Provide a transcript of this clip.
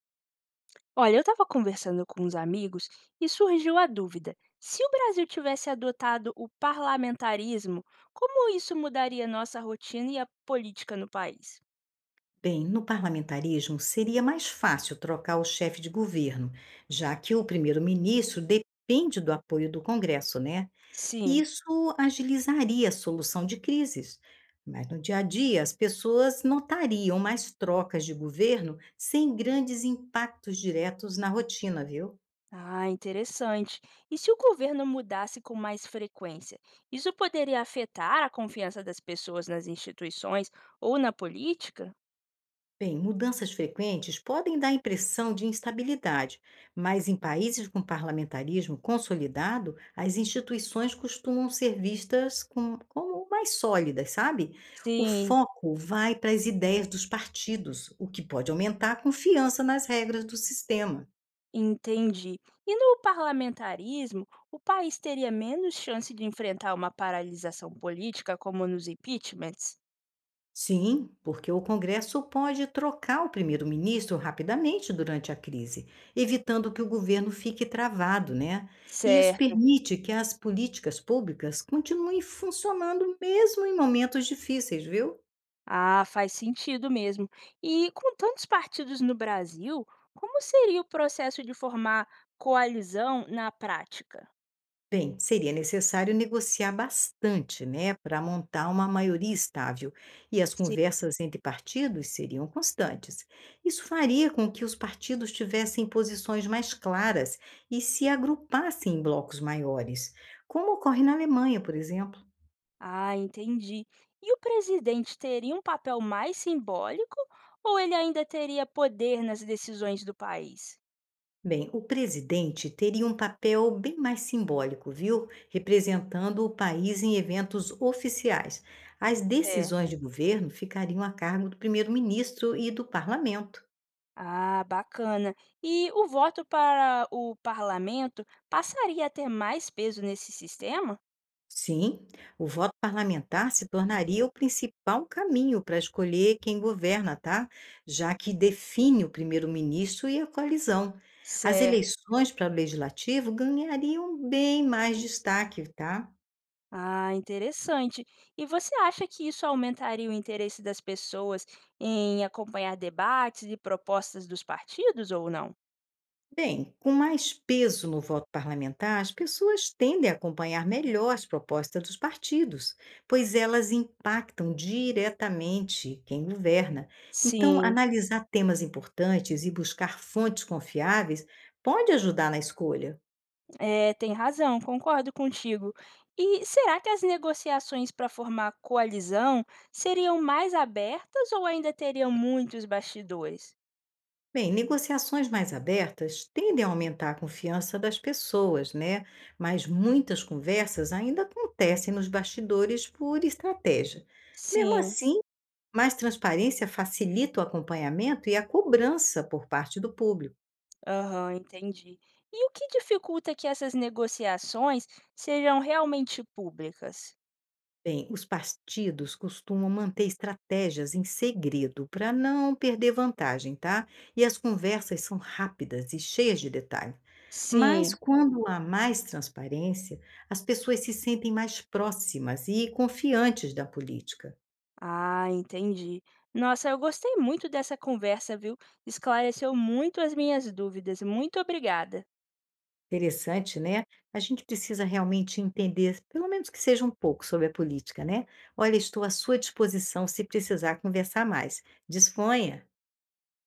Olha, eu estava conversando com uns amigos e surgiu a dúvida: se o Brasil tivesse adotado o parlamentarismo, como isso mudaria nossa rotina e a política no país? Bem, no parlamentarismo seria mais fácil trocar o chefe de governo, já que o primeiro-ministro depende do apoio do Congresso, né? E Sim. isso agilizaria a solução de crises. Mas no dia a dia, as pessoas notariam mais trocas de governo sem grandes impactos diretos na rotina, viu? Ah, interessante. E se o governo mudasse com mais frequência? Isso poderia afetar a confiança das pessoas nas instituições ou na política? Bem, mudanças frequentes podem dar a impressão de instabilidade, mas em países com parlamentarismo consolidado, as instituições costumam ser vistas como mais sólidas, sabe? O Sim. foco vai para as ideias dos partidos, o que pode aumentar a confiança nas regras do sistema. Entendi. E no parlamentarismo, o país teria menos chance de enfrentar uma paralisação política como nos impeachments? Sim, porque o Congresso pode trocar o primeiro-ministro rapidamente durante a crise, evitando que o governo fique travado, né? E isso Certo. permite que as políticas públicas continuem funcionando mesmo em momentos difíceis, viu? Ah, faz sentido mesmo. E com tantos partidos no Brasil, como seria o processo de formar coalizão na prática? Bem, seria necessário negociar bastante, né, para montar uma maioria estável, e as Sim. conversas entre partidos seriam constantes. Isso faria com que os partidos tivessem posições mais claras e se agrupassem em blocos maiores, como ocorre na Alemanha, por exemplo. Ah, entendi. E o presidente teria um papel mais simbólico ou ele ainda teria poder nas decisões do país? Bem, o presidente teria um papel bem mais simbólico, viu? Representando o país em eventos oficiais. As decisões Certo. de governo ficariam a cargo do primeiro-ministro e do parlamento. Ah, bacana. E o voto para o parlamento passaria a ter mais peso nesse sistema? Sim, o voto parlamentar se tornaria o principal caminho para escolher quem governa, tá? Já que define o primeiro-ministro e a coalizão. As Certo. eleições para o legislativo ganhariam bem mais destaque, tá? Ah, interessante. E você acha que isso aumentaria o interesse das pessoas em acompanhar debates e propostas dos partidos ou não? Bem, com mais peso no voto parlamentar, as pessoas tendem a acompanhar melhor as propostas dos partidos, pois elas impactam diretamente quem governa. Então, Sim, analisar temas importantes e buscar fontes confiáveis pode ajudar na escolha. é, tem razão, concordo contigo. E será que as negociações para formar coalizão seriam mais abertas ou ainda teriam muitos bastidores? Bem, negociações mais abertas tendem a aumentar a confiança das pessoas, né? Mas muitas conversas ainda acontecem nos bastidores por estratégia. Mesmo Sim. assim, mais transparência facilita o acompanhamento e a cobrança por parte do público. Aham, entendi. E o que dificulta que essas negociações sejam realmente públicas? Bem, os partidos costumam manter estratégias em segredo para não perder vantagem, tá? E as conversas são rápidas e cheias de detalhe. Mas Sim. quando há mais transparência, as pessoas se sentem mais próximas e confiantes da política. Ah, entendi. Nossa, eu gostei muito dessa conversa, viu? Esclareceu muito as minhas dúvidas. Muito obrigada. Interessante, né? A gente precisa realmente entender, pelo menos que seja um pouco, sobre a política, né? Olha, estou à sua disposição se precisar conversar mais. Disponha!